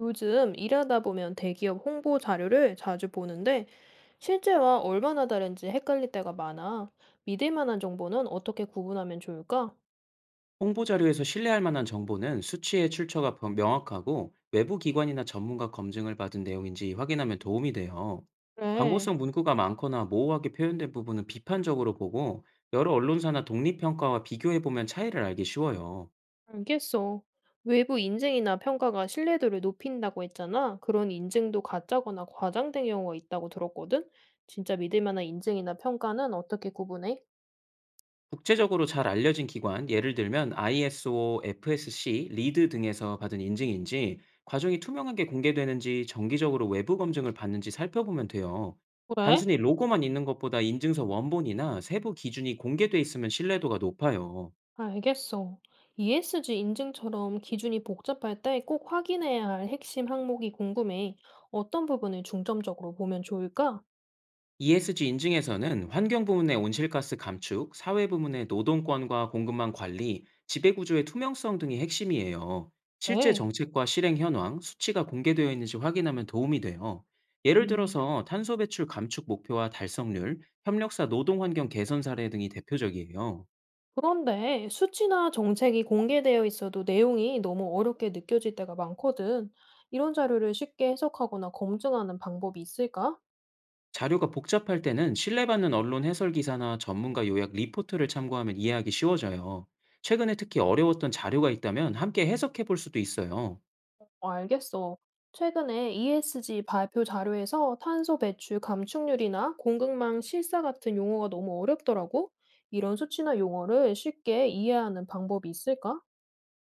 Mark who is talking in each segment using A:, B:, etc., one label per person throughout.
A: 요즘 일하다 보면 대기업 홍보 자료를 자주 보는데 실제와 얼마나 다른지 헷갈릴 때가 많아. 믿을 만한 정보는 어떻게 구분하면 좋을까?
B: 홍보 자료에서 신뢰할 만한 정보는 수치의 출처가 명확하고 외부 기관이나 전문가 검증을 받은 내용인지 확인하면 도움이 돼요.
A: 그래,
B: 광고성 문구가 많거나 모호하게 표현된 부분은 비판적으로 보고, 여러 언론사나 독립평가와 비교해보면 차이를 알기 쉬워요.
A: 알겠어. 외부 인증이나 평가가 신뢰도를 높인다고 했잖아. 그런 인증도 가짜거나 과장된 경우가 있다고 들었거든. 진짜 믿을 만한 인증이나 평가는 어떻게 구분해?
B: 국제적으로 잘 알려진 기관, 예를 들면 ISO, FSC, 리드 등에서 받은 인증인지, 과정이 투명하게 공개되는지, 정기적으로 외부 검증을 받는지 살펴보면 돼요.
A: 그래?
B: 단순히 로고만 있는 것보다 인증서 원본이나 세부 기준이 공개돼 있으면 신뢰도가 높아요.
A: 알겠어. ESG 인증처럼 기준이 복잡할 때 꼭 확인해야 할 핵심 항목이 궁금해. 어떤 부분을 중점적으로 보면 좋을까?
B: ESG 인증에서는 환경 부문의 온실가스 감축, 사회 부문의 노동권과 공급망 관리, 지배구조의 투명성 등이 핵심이에요. 실제
A: 네.
B: 정책과 실행 현황, 수치가 공개되어 있는지 확인하면 도움이 돼요. 예를
A: 음,
B: 들어서 탄소 배출 감축 목표와 달성률, 협력사 노동 환경 개선 사례 등이 대표적이에요.
A: 그런데 수치나 정책이 공개되어 있어도 내용이 너무 어렵게 느껴질 때가 많거든. 이런 자료를 쉽게 해석하거나 검증하는 방법이 있을까?
B: 자료가 복잡할 때는 신뢰받는 언론 해설 기사나 전문가 요약 리포트를 참고하면 이해하기 쉬워져요. 최근에 특히 어려웠던 자료가 있다면 함께 해석해 볼 수도 있어요.
A: 알겠어. 최근에 ESG 발표 자료에서 탄소 배출 감축률이나 공급망 실사 같은 용어가 너무 어렵더라고. 이런 수치나 용어를 쉽게 이해하는 방법이 있을까?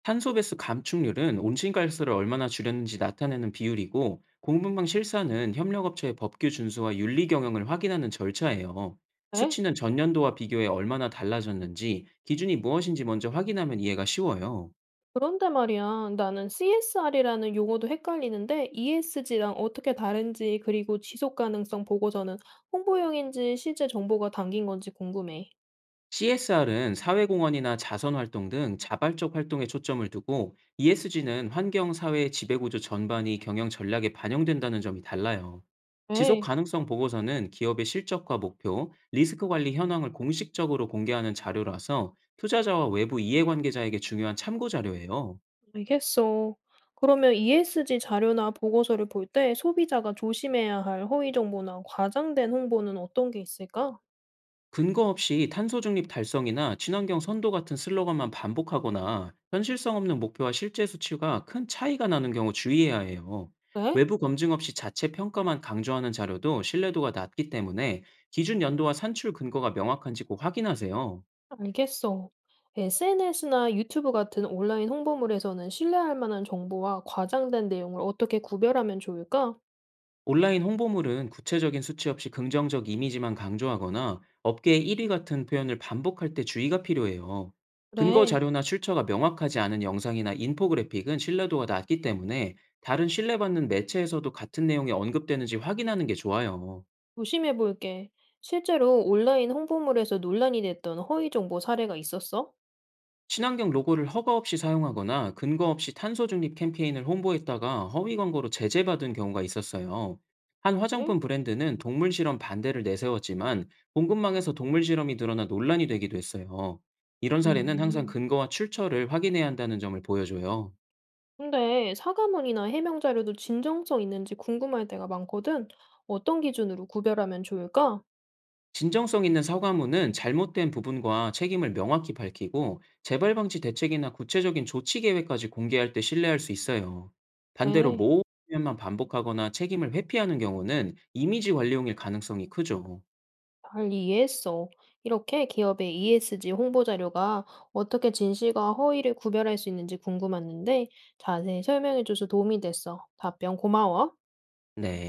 B: 탄소 배수 감축률은 온실가스를 얼마나 줄였는지 나타내는 비율이고, 공분방 실사는 협력업체의 법규 준수와 윤리 경영을 확인하는 절차예요.
A: 에?
B: 수치는 전년도와 비교해 얼마나 달라졌는지, 기준이 무엇인지 먼저 확인하면 이해가 쉬워요.
A: 그런데 말이야, 나는 CSR이라는 용어도 헷갈리는데 ESG랑 어떻게 다른지, 그리고 지속 가능성 보고서는 홍보용인지 실제 정보가 담긴 건지 궁금해.
B: CSR은 사회공헌이나 자선활동 등 자발적 활동에 초점을 두고, ESG는 환경, 사회, 지배구조 전반이 경영 전략에 반영된다는 점이 달라요. 지속
A: 에?
B: 가능성 보고서는 기업의 실적과 목표, 리스크 관리 현황을 공식적으로 공개하는 자료라서, 투자자와 외부 이해관계자에게 중요한 참고 자료예요.
A: 알겠어. 그러면 ESG 자료나 보고서를 볼 때 소비자가 조심해야 할 허위 정보나 과장된 홍보는 어떤 게 있을까?
B: 근거 없이 탄소 중립 달성이나 친환경 선도 같은 슬로건만 반복하거나, 현실성 없는 목표와 실제 수치가 큰 차이가 나는 경우 주의해야 해요.
A: 그래?
B: 외부 검증 없이 자체 평가만 강조하는 자료도 신뢰도가 낮기 때문에, 기준 연도와 산출 근거가 명확한지 꼭 확인하세요.
A: 알겠어. SNS나 유튜브 같은 온라인 홍보물에서는 신뢰할 만한 정보와 과장된 내용을 어떻게 구별하면 좋을까?
B: 온라인 홍보물은 구체적인 수치 없이 긍정적 이미지만 강조하거나, 업계의 1위 같은 표현을 반복할 때 주의가 필요해요. 근거
A: 그래,
B: 자료나 출처가 명확하지 않은 영상이나 인포그래픽은 신뢰도가 낮기 때문에, 다른 신뢰받는 매체에서도 같은 내용이 언급되는지 확인하는 게 좋아요.
A: 조심해 볼게. 실제로 온라인 홍보물에서 논란이 됐던 허위 정보 사례가 있었어?
B: 친환경 로고를 허가 없이 사용하거나 근거 없이 탄소 중립 캠페인을 홍보했다가 허위 광고로 제재받은 경우가 있었어요. 한
A: 네?
B: 화장품 브랜드는 동물 실험 반대를 내세웠지만, 공급망에서 동물 실험이 드러나 논란이 되기도 했어요. 이런 사례는 항상
A: 음.
B: 근거와 출처를 확인해야 한다는 점을 보여줘요.
A: 근데 사과문이나 해명 자료도 진정성 있는지 궁금할 때가 많거든. 어떤 기준으로 구별하면 좋을까?
B: 진정성 있는 사과문은 잘못된 부분과 책임을 명확히 밝히고, 재발 방지 대책이나 구체적인 조치 계획까지 공개할 때 신뢰할 수 있어요. 반대로
A: 네,
B: 모호한 표현만 반복하거나 책임을 회피하는 경우는 이미지 관리용일 가능성이 크죠.
A: 잘 이해했어. 이렇게 기업의 ESG 홍보 자료가 어떻게 진실과 허위를 구별할 수 있는지 궁금했는데 자세히 설명해줘서 도움이 됐어. 답변 고마워.
B: 네.